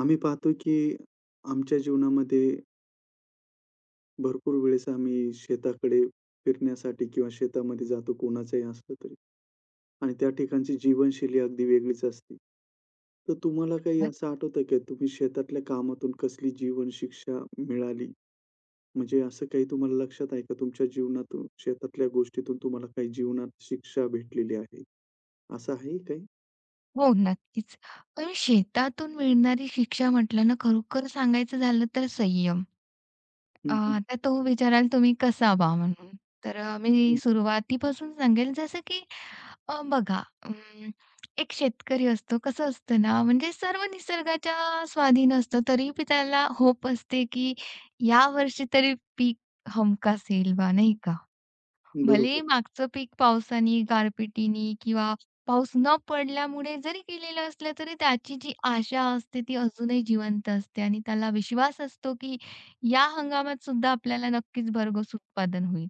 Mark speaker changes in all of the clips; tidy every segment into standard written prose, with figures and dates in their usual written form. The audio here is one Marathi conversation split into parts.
Speaker 1: आम्ही पाहतो की आमच्या जीवनामध्ये भरपूर वेळेस आम्ही शेताकडे फिरण्यासाठी किंवा शेतामध्ये जातो कोणाचंही असलं तरी आणि त्या ठिकाणची जीवनशैली अगदी वेगळीच असते. तर तुम्हाला काही
Speaker 2: नक्क-
Speaker 1: असं आठवतं का तुम्ही शेतातल्या कामातून कसली जीवन शिक्षा मिळाली? म्हणजे असं काही तुम्हाला लक्षात आहे का तुमच्या जीवनातून शेतातल्या गोष्टीतून तुम्हाला काही जीवनात शिक्षा भेटलेली आहे? असं आहे काही?
Speaker 2: हो, नक्कीच. पण शेतातून मिळणारी शिक्षा म्हटलं ना, खरोखर सांगायचं झालं तर संयम.
Speaker 1: हं, हं,
Speaker 2: आता तो विचाराल तुम्ही कसावा म्हणून? तर मी
Speaker 1: हं.
Speaker 2: सुरुवातीपासून सांगेल जसं की बघा एक शेतकरी असतो. कसं असतं ना, म्हणजे सर्व निसर्गाच्या स्वाधीन असतो. तरी बी त्याला होप असते की यावर्षी तरी पीक हमखास येईल बा, नाही का? भलेही
Speaker 1: बरोबर.
Speaker 2: मागचं पीक पावसाने, गारपिटीने किंवा पाऊस न पडल्यामुळे जरी गेलेलं असलं, तरी त्याची जी आशा असते ती अजूनही जिवंत असते आणि त्याला विश्वास असतो, की या हंगामात सुद्धा आपल्याला नक्कीच भरघोस उत्पादन होईल.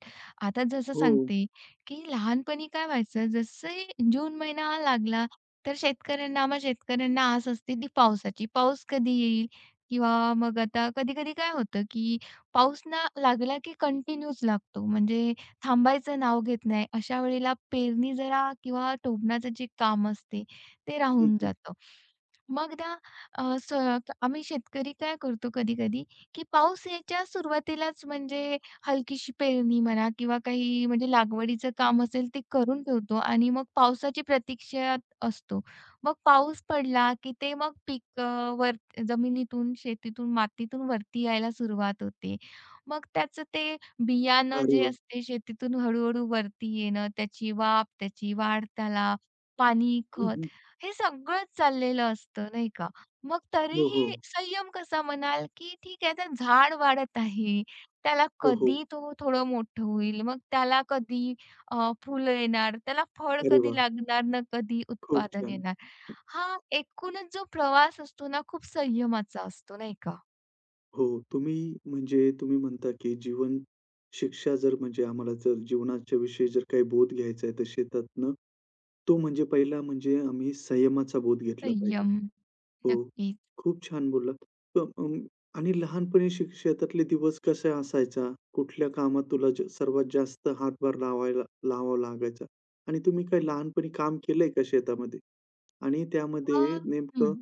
Speaker 2: आता जसं
Speaker 1: हो.
Speaker 2: सांगते, की लहानपणी काय व्हायचं, जसे जून महिना हा लागला, तर शेतकऱ्यांना आम्हा शेतकऱ्यांना आस असते ती पावसाची. पाऊस कधी येईल? किंवा मग आता कधी-कधी काय होतं, की पाऊस ना लागला की कंटिन्यूच लागतो. म्हणजे थांबायचं नाव घेत नाही. अशा वेळेला पेरणी जरा किंवा टोभणाचं जे काम असते, ते
Speaker 1: हं,
Speaker 2: राहून
Speaker 1: हं.
Speaker 2: जातं. मग ना अ, स आम्ही शेतकरी काय करतो कधी-कधी, की पाऊस यायच्या सुरुवातीलाच म्हणजे हलकीशी पेरणी म्हणा किंवा काही म्हणजे लागवडीचं काम असेल ते करून ठेवतो आणि मग पावसाची प्रतीक्षेत असतो. मग पाऊस पडला, की ते मग पीक वर जमिनीतून, शेतीतून, मातीतून वरती यायला सुरुवात होते. मग त्याचं ते बियाणं
Speaker 1: अरे
Speaker 2: जे
Speaker 1: वाह!
Speaker 2: असते शेतीतून हळू वरती येणं, त्याची वाफ, त्याची वाढ त्याला, पाणी,
Speaker 1: हं,
Speaker 2: खत
Speaker 1: हं.
Speaker 2: हे सगळंच चाललेलं असतं, नाही का? मग
Speaker 1: हो, हो.
Speaker 2: तरीही संयम कसा म्हणाल, की ठीक आहे, तर झाड वाढत आहे. त्याला
Speaker 1: हो, हो.
Speaker 2: कधी तो थोडं मोठं होईल, मग त्याला कधी फुलं येणार, त्याला फळ
Speaker 1: अरे
Speaker 2: कधी
Speaker 1: वाह!
Speaker 2: लागणार, ना कधी
Speaker 1: खूप
Speaker 2: उत्पादन
Speaker 1: छान.
Speaker 2: येणार. हा एकूणच जो प्रवास असतो ना, खूप संयमाचा असतो, नाही का?
Speaker 1: हो, तुम्ही म्हणजे तुम्ही म्हणता, की जीवन शिक्षा जर म्हणजे आम्हाला जर जीवनाच्या विषयी जर काही बोध घ्यायचा आहे, तर शेतातनं तो म्हणजे पहिला म्हणजे आम्ही संयमाचा बोध घेतला पाहिजे.
Speaker 2: संयम.
Speaker 1: हो,
Speaker 2: नक्कीच.
Speaker 1: खूप छान बोललात. तर आणि लहानपणी शेतातले दिवस कसा असायचा? कुठल्या कामात तुला सर्वात जास्त हातभार लावायला लावावा लागायचा? आणि तुम्ही काही लहानपणी काम केलंय का शेतामध्ये? आणि त्यामध्ये
Speaker 2: मग हं.
Speaker 1: नेमकं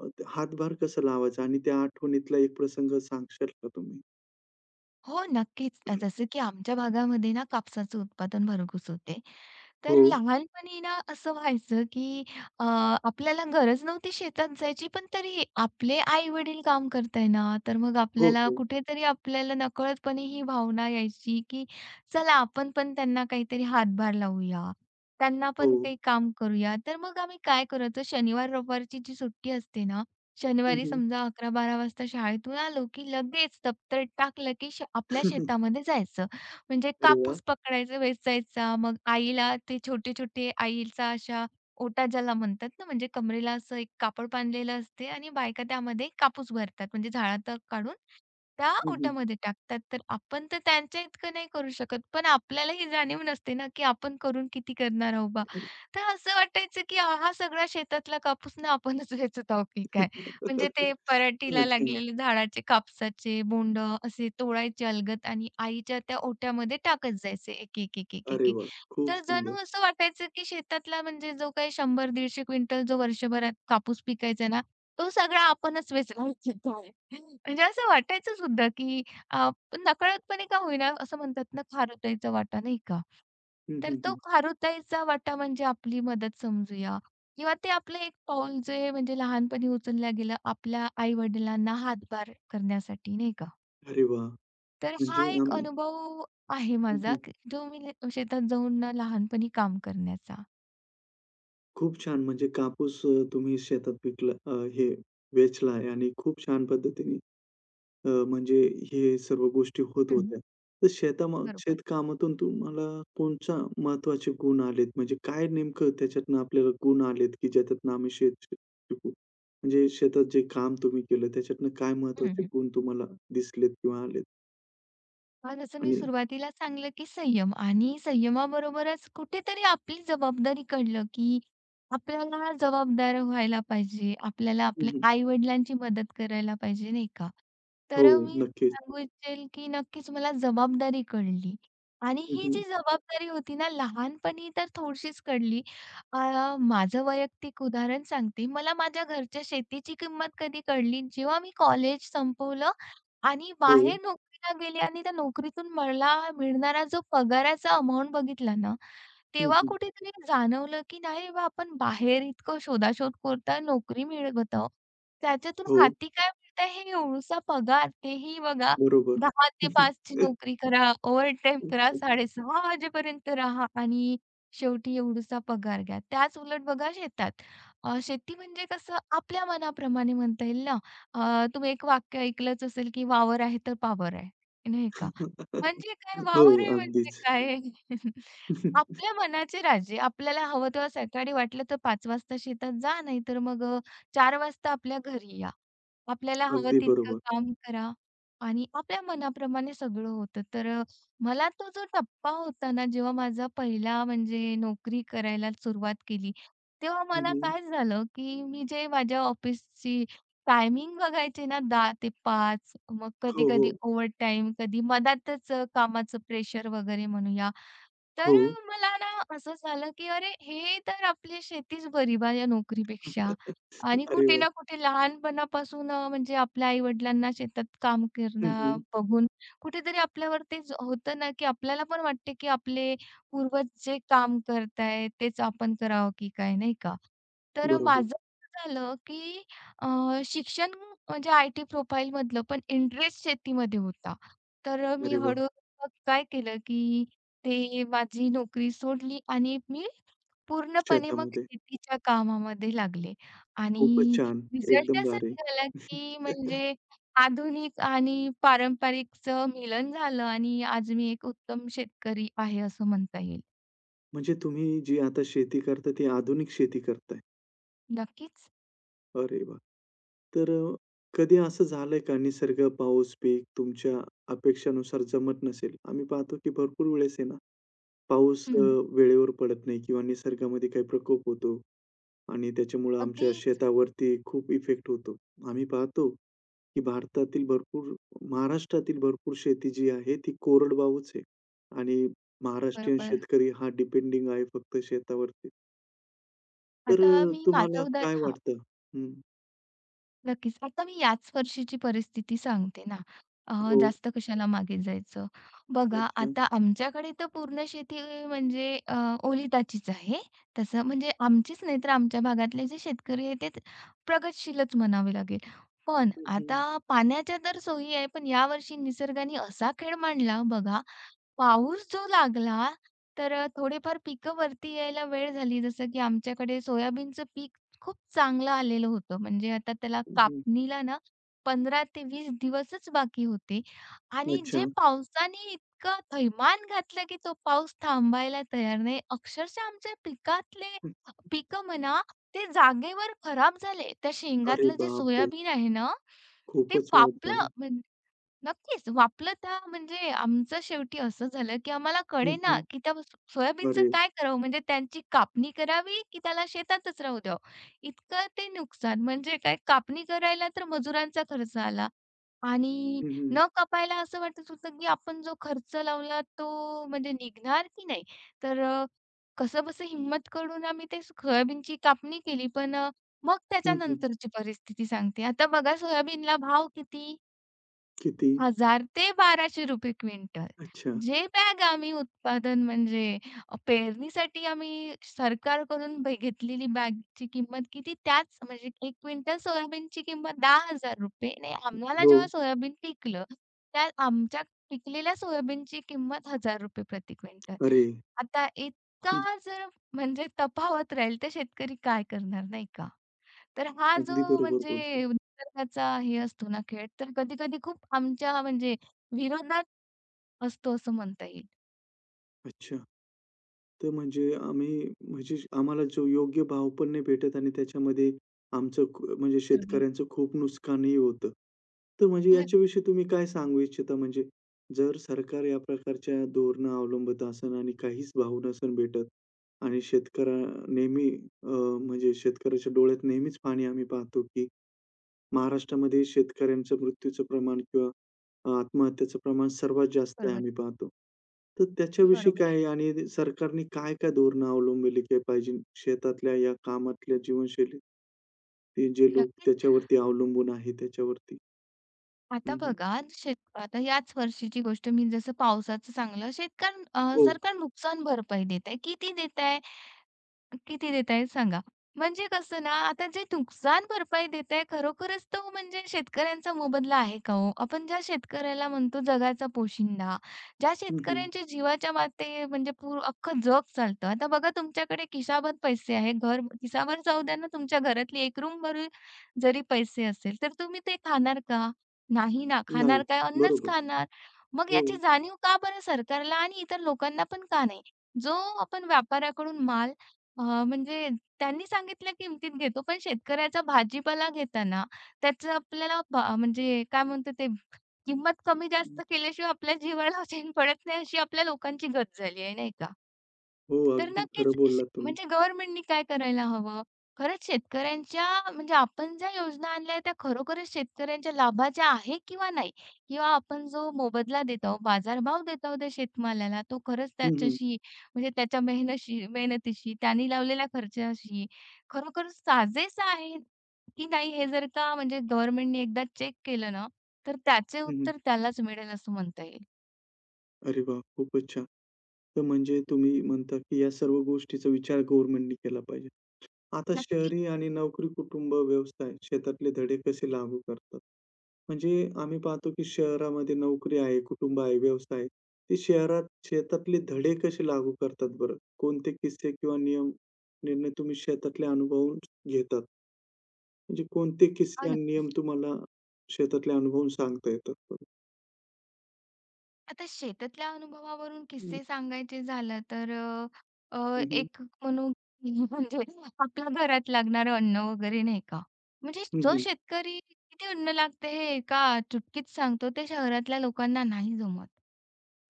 Speaker 1: अ, हातभार कसा लावायचा आणि त्या आठवणीतला एक प्रसंग सांगशाल का तुम्ही?
Speaker 2: हो, नक्कीच. जसं की आमच्या भागामध्ये ना कापसाचं उत्पादन भरघूस होते.
Speaker 1: हो,
Speaker 2: तर लहानपणी ना असं व्हायचं, की अ, आपल्याला गरज नव्हती शेतात जायची, पण तरी आपले आई-वडील काम करताय ना, तर मग
Speaker 1: हो,
Speaker 2: आपल्याला
Speaker 1: हो,
Speaker 2: कुठेतरी आपल्याला नकळतपणे ही भावना यायची, की चला आपण पण त्यांना काहीतरी हातभार लावूया. त्यांना
Speaker 1: हो.
Speaker 2: पण काही काम करूया. तर मग आम्ही काय करायचो शनिवार-रविवारची जी सुट्टी असते ना,
Speaker 1: हं,
Speaker 2: शनिवारी
Speaker 1: हं.
Speaker 2: समजा 11-12 वाजता शाळेतून आलो, की लगेच दप्तर टाकलं, की आपल्या शेतामध्ये जायचं. म्हणजे
Speaker 1: अरे वाह!
Speaker 2: कापूस पकडायचा, वेचायचा. मग आईला ते छोटे-छोटे आईचा अशा ओटा ज्याला म्हणतात ना, म्हणजे कमरेला असं एक कापड बांधलेलं असते आणि बायका त्यामध्ये कापूस भरतात, म्हणजे झाडात काढून त्या
Speaker 1: हं, हं.
Speaker 2: ओटामध्ये टाकतात. तर आपण तर त्यांच्या इतकं नाही करू शकत. पण आपल्याला ही जाणीव नसते ना, की आपण करून किती करणार आहोत बा. तर असं वाटायचं, की हा हा सगळा शेतातला कापूस ना आपणच वेचत आहोत की काय? म्हणजे ते पराटीला
Speaker 1: अच्छा.
Speaker 2: लागलेले झाडाचे कापसाचे बोंडं असे तोडायचे अलगद आणि आईच्या त्या ओट्यामध्ये टाकत जायचे एक, एक, एक, एक,
Speaker 1: अरे
Speaker 2: एक, एक.
Speaker 1: वाह! खूप
Speaker 2: तर
Speaker 1: सुंदर.
Speaker 2: जणू असं वाटायचं, की शेतातला म्हणजे जो काही 100-150 क्विंटल जो वर्षभरात कापूस पिकायचा ना, तो सगळा आपणच वेचला. म्हणजे असं वाटायचं सुद्धा, की अ, नकळतपणे का होईना असं म्हणतात ना, खारुताईचा वाटा नाही का?
Speaker 1: हं,
Speaker 2: तर
Speaker 1: हं,
Speaker 2: तो
Speaker 1: हं.
Speaker 2: खारुताईचा वाटा म्हणजे आपली मदत समजूया किंवा ते आपलं एक पाऊल जे म्हणजे लहानपणी उचलल्या गेलं आपल्या आई-वडिलांना हातभार करण्यासाठी नाही का?
Speaker 1: अरे वाह!
Speaker 2: तर
Speaker 1: म्हणजे
Speaker 2: हा एक
Speaker 1: आम्ही
Speaker 2: अनुभव आहे
Speaker 1: हं,
Speaker 2: माझा,
Speaker 1: हं.
Speaker 2: की जो मी शेतात जाऊन ना लहानपणी काम करण्याचा.
Speaker 1: खूप छान म्हणजे कापूस तुम्ही शेतात पिकला हे वेचला आणि खूप छान पद्धतीने म्हणजे हे सर्व गोष्टी होत
Speaker 2: हं,
Speaker 1: होत्या. तर
Speaker 2: बरोबर.
Speaker 1: शेतकामातून तुम्हाला कोणच्या महत्त्वाचे गुण आलेत? म्हणजे काय नेमकं त्याच्यातनं आपल्याला गुण आलेत, की ज्याच्यातनं आम्ही शेत श शिकू? म्हणजे शेतात जे काम तुम्ही केलं त्याच्यातनं काय
Speaker 2: हं,
Speaker 1: महत्त्वाचे
Speaker 2: हं.
Speaker 1: गुण तुम्हाला दिसलेत किंवा आलेत?
Speaker 2: हां, जसं मी
Speaker 1: आणि
Speaker 2: सुरुवातीला सांगितलं, की संयम आणि संयमाबरोबरच कुठेतरी आपली जबाबदारीकडलं, की आपल्याला जबाबदार व्हायला पाहिजे. आपल्याला
Speaker 1: हं,
Speaker 2: आपल्या
Speaker 1: हं.
Speaker 2: आई-वडिलांची मदत करायला पाहिजे, नाही का?
Speaker 1: हो,
Speaker 2: तर मी
Speaker 1: नक्कीच.
Speaker 2: सांगू इच्छेल, की नक्कीच मला जबाबदारी कळली आणि
Speaker 1: हं,
Speaker 2: ही
Speaker 1: हं.
Speaker 2: जी जबाबदारी होती ना, लहानपणी तर थोडीशीच कळली. अ, माझं वैयक्तिक उदाहरण सांगते. मला माझ्या घरच्या शेतीची किंमत कधी कळली, जेव्हा मी कॉलेज संपवलं आणि
Speaker 1: हो.
Speaker 2: बाहेर नोकरीला गेली आणि त्या नोकरीतून मला मिळणारा जो पगाराचा अमाउंट बघितला ना,
Speaker 1: हं,
Speaker 2: तेव्हा
Speaker 1: हं.
Speaker 2: कुठेतरी जाणवलं, की नाही बा आपण बाहेर इतकं शोधाशोध करतोय, नोकरी मिळवत आहोत. त्याच्यातून
Speaker 1: हो.
Speaker 2: हाती काय मिळतंय हे एवढूसा पगार, तेही बघा
Speaker 1: बरोबर.
Speaker 2: 10 ते 5 ची नोकरी करा, ओव्हरटाईम करा, 6:30 वाजेपर्यंत राहा आणि शेवटी एवढूसा पगार घ्या. त्याच उलट बघा शेतात, शेती म्हणजे कसं आपल्या मनाप्रमाणे म्हणता येईल ना. तुम्ही एक वाक्य ऐकलंच असेल, की "वावर आहे तर पावर आहे." नाही का? म्हणजे काय
Speaker 1: हो,
Speaker 2: वावर आहे म्हणजे
Speaker 1: अगदीच.
Speaker 2: काय? आपल्या मनाचे राजे. आपल्याला हवं तेव्हा सकाळी वाटलं तर 5 वाजता शेतात जा, नाहीतर मग 4 वाजता आपल्या घरी या. आपल्याला हवं
Speaker 1: अगदी
Speaker 2: तितकं
Speaker 1: बरोबर.
Speaker 2: काम करा आणि आपल्या मनाप्रमाणे सगळं होतं. तर मला तो जो टप्पा होता ना, जेव्हा माझा पहिला म्हणजे नोकरी करायला सुरुवात केली, तेव्हा
Speaker 1: हं,
Speaker 2: मला
Speaker 1: हं.
Speaker 2: काय झालं, की मी जे माझ्या ऑफिसची टायमिंग बघायचे ना 10 ते 5 मग
Speaker 1: हो, हो.
Speaker 2: कधी-कधी ओव्हरटाईम, कधी मधातच कामाचं प्रेशर वगैरे म्हणूया. तर
Speaker 1: हो.
Speaker 2: मला ना असं झालं, की अरे हे तर आपली शेतीच बरी बा या नोकरीपेक्षा. आणि
Speaker 1: अरे
Speaker 2: कुठे
Speaker 1: वाह!
Speaker 2: ना कुठे लहानपणापासून म्हणजे आपल्या आई-वडिलांना शेतात काम
Speaker 1: हं,
Speaker 2: करणं
Speaker 1: हं.
Speaker 2: बघून कुठेतरी आपल्यावर तेच होतं ना, की आपल्याला पण वाटते, की आपले पूर्वज जे काम करतायत तेच आपण करावं की काय, नाही का? तर
Speaker 1: बरोबर.
Speaker 2: माझं असं झालं, की अ, शिक्षण म्हणजे आय-टी प्रोफाईलमधलं पण इंटरेस्ट शेतीमध्ये होता. तर मी
Speaker 1: अरे वाह!
Speaker 2: हळू मग काय केलं, की ते माझी नोकरी सोडली आणि मी पूर्णपणे मग
Speaker 1: शेतामध्ये.
Speaker 2: शेतीच्या कामामध्ये लागले
Speaker 1: खूपच
Speaker 2: आणि
Speaker 1: छान.
Speaker 2: रिझल्ट
Speaker 1: एकदम
Speaker 2: असा
Speaker 1: भारी.
Speaker 2: निघाला, की म्हणजे आधुनिक आणि पारंपरिकचं मिलन झालं आणि आज मी एक उत्तम शेतकरी आहे असं म्हणता येईल.
Speaker 1: म्हणजे तुम्ही जी आता शेती करता ती आधुनिक शेती करताय.
Speaker 2: नक्कीच.
Speaker 1: अरे वाह! तर कधी असं झालंय का निसर्ग, पाऊस, पीक तुमच्या अपेक्षानुसार जमत नसेल? आम्ही पाहतो की भरपूर वेळेस आहे ना पाऊस
Speaker 2: हं.
Speaker 1: वेळेवर पडत नाही किंवा निसर्गामध्ये काही प्रकोप होतो आणि त्याच्यामुळं आमच्या
Speaker 2: अगदीच.
Speaker 1: शेतावरती खूप इफेक्ट होतो. आम्ही पाहतो, की भारतातील भरपूर महाराष्ट्रातील भरपूर शेती जी आहे ती कोरडवाहूच आहे आणि महाराष्ट्रीयन
Speaker 2: बरोबर.
Speaker 1: शेतकरी हा डिपेंडिंग आहे फक्त शेतावरती. तर
Speaker 2: आता मी
Speaker 1: तुम्हाला
Speaker 2: माझं
Speaker 1: काय
Speaker 2: उदाहरण
Speaker 1: वाटतं? हं.
Speaker 2: नक्कीच. आता मी याच वर्षीची परिस्थिती सांगते ना. अ,
Speaker 1: हो.
Speaker 2: जास्त कशाला मागे जायचं. बघा
Speaker 1: अच्छा.
Speaker 2: आता आमच्याकडे तर पूर्ण शेती म्हणजे ओलिताचीच आहे. तसं म्हणजे आमचीच नाही तर आमच्या भागातले जे शेतकरी आहेत ते प्रगतशीलच म्हणावे लागेल. पण
Speaker 1: हं,
Speaker 2: आता
Speaker 1: हं.
Speaker 2: पाण्याच्या तर सोयी आहे, पण यावर्षी निसर्गाने असा खेळ मांडला बघा, पाऊस जो लागला तर थोडेफार पिकं वरती यायला वेळ झाली. जसं की आमच्याकडे सोयाबीनचं पीक खूप चांगलं आलेलं होतं. म्हणजे आता त्याला
Speaker 1: हं, हं.
Speaker 2: कापणीला ना 15 ते 20 दिवसच बाकी होते आणि
Speaker 1: अच्छा.
Speaker 2: जे पावसाने इतकं थैमान घातलं, की तो पाऊस थांबायला तयार नाही. अक्षरशः आमच्या पिकातले
Speaker 1: हं.
Speaker 2: पिकं म्हणा, ते जागेवर खराब झाले. त्या
Speaker 1: अरे
Speaker 2: शेंगातलं जे
Speaker 1: बापरे!
Speaker 2: सोयाबीन आहे ना, ते
Speaker 1: खूपच वाईट झालं.
Speaker 2: पापलं नक्कीच. वापलं तर म्हणजे आमचं शेवटी असं झालं, की आम्हाला
Speaker 1: हं,
Speaker 2: कळेना,
Speaker 1: हं.
Speaker 2: की त्या सोयाबीनचं
Speaker 1: अरे!
Speaker 2: काय करावं? म्हणजे त्यांची कापणी करावी, की त्याला शेतातच राहू द्यावं? इतकं ते नुकसान. म्हणजे काय कापणी करायला तर मजुरांचा खर्च आला आणि
Speaker 1: हं, हं.
Speaker 2: न कापायला असं वाटत होतं, की आपण जो खर्च लावला तो म्हणजे निघणार की नाही? तर कसंबसं हिम्मत करून आम्ही ते सोयाबीनची कापणी केली. पण मग
Speaker 1: हं, हं.
Speaker 2: त्याच्यानंतरची परिस्थिती सांगते. आता बघा सोयाबीनला भाव किती?
Speaker 1: किती?
Speaker 2: हजार ते ₹1200 क्विंटल.
Speaker 1: अच्छा.
Speaker 2: जे बॅग आम्ही उत्पादन म्हणजे पेरणीसाठी आम्ही सरकारकडून घेतलेली बॅगची किंमत किती? त्याच म्हणजे 1 क्विंटल सोयाबीनची किंमत ₹10,000 आणि आम्हाला
Speaker 1: हो.
Speaker 2: जेव्हा सोयाबीन पिकलं, त्या आमच्या पिकलेल्या सोयाबीनची किंमत ₹1,000 प्रति क्विंटल.
Speaker 1: अरे!
Speaker 2: आता
Speaker 1: हं.
Speaker 2: इतका जर म्हणजे तफावत राहील, तर शेतकरी काय करणार नाही तर हा जो
Speaker 1: अगदी बरोबर
Speaker 2: म्हणजे
Speaker 1: बोलतो.
Speaker 2: निसर्गाचा हे असतो ना खेळ, तर कधी-कधी खूप आमच्या म्हणजे विरोधात असतो असं म्हणता येईल
Speaker 1: अच्छा. तर म्हणजे आम्ही म्हणजे आम्हाला जो योग्य भाव पण नाही भेटत आणि त्याच्यामध्ये आमचं म्हणजे
Speaker 2: सर्व.
Speaker 1: शेतकऱ्यांचं खूप नुकसानही होतं. तर म्हणजे
Speaker 2: नक्की
Speaker 1: याच्याविषयी तुम्ही काय सांगू इच्छिता? म्हणजे जर सरकार या प्रकारच्या धोरणं अवलंबत असेल आणि काहीच भाव नसेल भेटत आणि शेतकऱ्या नेहमी अ, म्हणजे शेतकऱ्याच्या डोळ्यात नेहमीच पाणी आम्ही पाहतो की महाराष्ट्रामध्ये शेतकऱ्यांचं मृत्यूचं प्रमाण किंवा आत्महत्याचं प्रमाण सर्वात जास्त आहे
Speaker 2: बरोबर,
Speaker 1: आम्ही पाहतो. तर त्याच्याविषयी
Speaker 2: बरोबर.
Speaker 1: काय आहे आणि सरकारने काय-काय धोरणं अवलंबली काय पाहिजे शेतातल्या या कामातल्या जीवनशैलीत ते जे लोक
Speaker 2: नक्कीच.
Speaker 1: त्याच्यावरती अवलंबून आहे त्याच्यावरती?
Speaker 2: आता
Speaker 1: हं, हं.
Speaker 2: बघा शेत आता याच वर्षीची गोष्ट मी जसं पावसाचं सांगलं, शेतकऱ्यां
Speaker 1: हो.
Speaker 2: सरकार नुकसान भरपाई देत आहे. किती देत आहे? किती देतायत सांगा. म्हणजे कसं ना, आता जे नुकसान भरपाई देताय खरोखरच तो म्हणजे शेतकऱ्यांचा मोबदला आहे का हो? आपण ज्या शेतकऱ्याला म्हणतो जगाचा पोशिंदा, ज्या
Speaker 1: हं, हं.
Speaker 2: शेतकऱ्यांच्या जीवाच्या माते म्हणजे पूर अख्खं जग चालतं. आता बघा तुमच्याकडे खिशाभर पैसे आहे, घर खिसाभर जाऊ द्या ना तुमच्या घरातली एक रूमभर जरी पैसे असेल, तर तुम्ही ते खाणार का? नाही ना.
Speaker 1: नाही.
Speaker 2: खाणार काय? अन्नच
Speaker 1: बरोबर.
Speaker 2: खाणार. मग
Speaker 1: हो.
Speaker 2: याची जाणीव का बरं सरकारला आणि इतर लोकांना पण का नाही? जो आपण व्यापाऱ्याकडून माल म्हणजे त्यांनी सांगितल्या किमतीत घेतो, पण शेतकऱ्याचा भाजीपाला घेताना त्याचं आपल्याला म्हणजे काय म्हणतो ते किंमत कमी
Speaker 1: हं.
Speaker 2: जास्त केल्याशिवाय आपल्या जीवाला चैन पडत नाही, अशी आपल्या लोकांची गत झाली आहे, नाही का?
Speaker 1: हो,
Speaker 2: तर
Speaker 1: अगदी
Speaker 2: नक्कीच
Speaker 1: खरं बोललात तुम्ही.
Speaker 2: म्हणजे गव्हर्नमेंटनी काय करायला हवं? खरंच शेतकऱ्यांच्या म्हणजे आपण ज्या योजना आणल्या त्या खरोखरच शेतकऱ्यांच्या लाभाच्या आहे किंवा नाही? किंवा आपण जो मोबदला देत बाजारभाव देत त्या शेतमालाला, तो खरंच
Speaker 1: हं, हं.
Speaker 2: त्याच्याशी म्हणजे त्याच्या मेहनतीशी, त्याने लावलेल्या खर्चाशी खरोखर साजेसा आहे की नाही हे जर का म्हणजे गव्हर्नमेंटने एकदा चेक केलं ना, तर त्याचे
Speaker 1: हं, हं.
Speaker 2: उत्तर त्यालाच मिळेल असं म्हणता येईल.
Speaker 1: अरे वाह! खूपच छान. तर म्हणजे तुम्ही म्हणता की या सर्व गोष्टीचा विचार गव्हर्नमेंटनी केला पाहिजे. आता
Speaker 2: नक्की
Speaker 1: शहरी आणि नोकरी, कुटुंब, व्यवसाय क्षेत्रातले धडे कसे लागू करतात? म्हणजे आम्ही पाहतो की शहरामध्ये नोकरी आहे, कुटुंब आहे, व्यवसाय आहे. ते शहरात शेतातले धडे कसे लागू करतात बरं? कोणते किस्से किंवा नियम निर्णय तुम्ही शेतातले अनुभवून घेतात? म्हणजे कोणते किस्से
Speaker 2: हां,
Speaker 1: आणि नियम
Speaker 2: नक्कीच.
Speaker 1: तुम्हाला शेतातले अनुभवून सांगता येतात बरं?
Speaker 2: आता शेतातल्या अनुभवावरून किस्से सांगायचे झालं तर अ, अ,
Speaker 1: हं, हं,
Speaker 2: एक म्हणू म्हणजे आपल्या घरात लागणारं अन्न वगैरे नाही का? म्हणजे
Speaker 1: हं,
Speaker 2: जो
Speaker 1: हं.
Speaker 2: शेतकरी किती अन्न लागते हे एका चुटकीत सांगतो ते शहरातल्या लोकांना नाही जमत.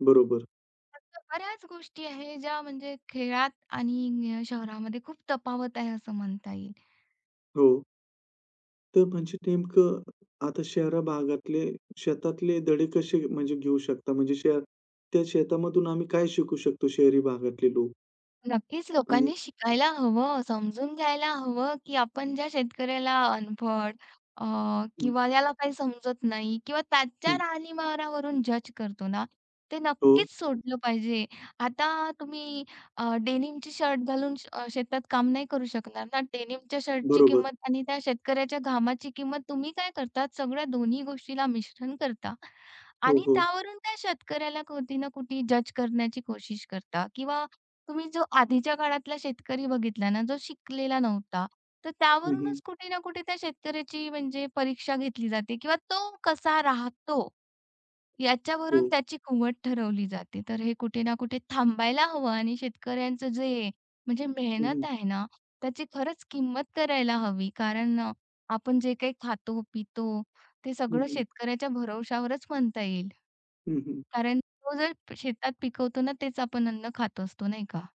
Speaker 1: बरोबर.
Speaker 2: असं बऱ्याच गोष्टी आहे ज्या म्हणजे खेळात आणि शहरामध्ये खूप तफावत आहे असं म्हणता येईल.
Speaker 1: हो. तर म्हणजे नेमकं आता शहरा भागातले शेतातले धडे कसे म्हणजे घेऊ शकता? म्हणजे त्या शेतामधून आम्ही काय शिकू शकतो शहरी भागातले लोक?
Speaker 2: नक्कीच
Speaker 1: आणि
Speaker 2: लोकांनी शिकायला हवं, समजून घ्यायला हवं, की आपण ज्या शेतकऱ्याला अनपढ अ,
Speaker 1: हं,
Speaker 2: किंवा याला काही समजत नाही किंवा त्याच्या
Speaker 1: हं.
Speaker 2: राहणीमानावरून जज करतो ना, ते
Speaker 1: हो,
Speaker 2: नक्कीच सोडलं पाहिजे. आता तुम्ही डेनिमची शर्ट घालून शेतात काम नाही करू शकणार ना. डेनिमच्या शर्टची
Speaker 1: बरोबर.
Speaker 2: किंमत आणि त्या शेतकऱ्याच्या घामाची किंमत तुम्ही काय करतात सगळ्या दोन्ही गोष्टीला मिश्रण करता
Speaker 1: हो,
Speaker 2: आणि
Speaker 1: हो.
Speaker 2: त्यावरून त्या शेतकऱ्याला कुठे ना कुठे जज करण्याची कोशिश करता किंवा तुम्ही जो आधीच्या काळातला शेतकरी बघितला ना, जो शिकलेला नव्हता, तर
Speaker 1: हं, हं.
Speaker 2: त्यावरूनच कुठे ना कुठे त्या शेतकऱ्याची म्हणजे परीक्षा घेतली जाते किंवा तो कसा राहतो याच्यावरून
Speaker 1: हो.
Speaker 2: त्याची कुवत ठरवली जाते. तर हे कुठे ना कुठे थांबायला हवं आणि शेतकऱ्यांचं जे म्हणजे
Speaker 1: हं, हं.
Speaker 2: मेहनत आहे ना, त्याची खरंच किंमत करायला हवी. कारण आपण जे काही खातो-पितो ते
Speaker 1: हं,
Speaker 2: सगळं
Speaker 1: हं.
Speaker 2: शेतकऱ्याच्या भरवशावरच म्हणता येईल.
Speaker 1: हं, हं.
Speaker 2: कारण तो जर शेतात पिकवतो ना, तेच आपण अन्न खात असतो, नाही का?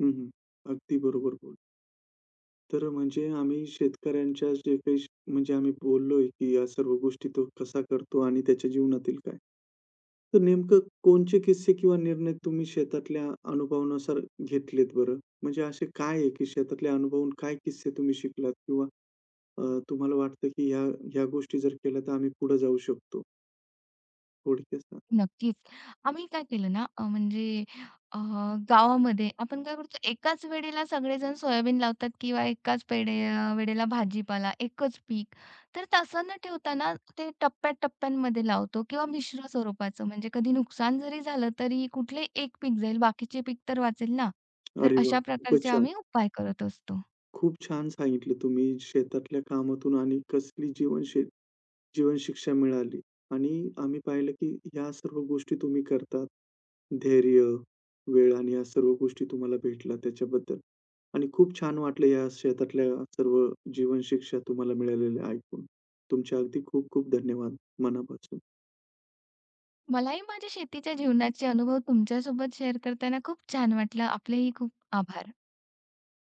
Speaker 1: हं, हं. अगदी बरोबर बोल तर म्हणजे आम्ही शेतकऱ्यांच्या जे काही म्हणजे आम्ही बोललोय, की या सर्व गोष्टी तो कसा करतो आणि त्याच्या जीवनातील काय? तर नेमकं कोणचे किस्से किंवा निर्णय तुम्ही शेतातल्या अनुभवानुसार घेतलेत बरं? म्हणजे असे काय आहे, की शेतातले अनुभवून काय किस्से तुम्ही शिकलात किंवा तुम्हाला वाटतं, की ह्या ह्या गोष्टी जर केल्या तर आम्ही पुढे जाऊ शकतो? थोडक्यात सांगा.
Speaker 2: नक्कीच. आम्ही काय केलं ना अ, गावामध्ये आपण काय करतो एकाच वेळेला सगळेजण सोयाबीन लावतात किंवा एकाच पेडे वेळेला भाजीपाला, एकच पीक. तर तसं न ठेवता ना ते टप्प्या-टप्प्यांमध्ये लावतो किंवा मिश्र स्वरूपाचं म्हणजे कधी नुकसान जरी झालं तरी कुठले एक पीक जाईल, बाकीचे पीक तर वाचेल ना. तर
Speaker 1: अरे वाह!
Speaker 2: अशा
Speaker 1: खूपच
Speaker 2: प्रकारचे
Speaker 1: छान.
Speaker 2: आम्ही उपाय करत असतो.
Speaker 1: खूप छान सांगितलं तुम्ही शेतातल्या कामातून आणि कसली जीवनशैली जीवन शिक्षा मिळाली आणि आम्ही पाहिलं की ह्या सर्व गोष्टी तुम्ही करतात. धैर्य, वेळ आणि या सर्व गोष्टी तुम्हाला भेटल्या त्याच्याबद्दल आणि खूप छान वाटलं या क्षेत्रातल्या सर्व जीवन शिक्षा तुम्हाला मिळालेल्या ऐकून. तुमचे अगदी खूप खूप धन्यवाद मनापासून.
Speaker 2: मलाही माझ्या शेतीच्या जीवनाचे अनुभव तुमच्यासोबत शेअर करताना खूप छान वाटलं. आपलेही खूप आभार.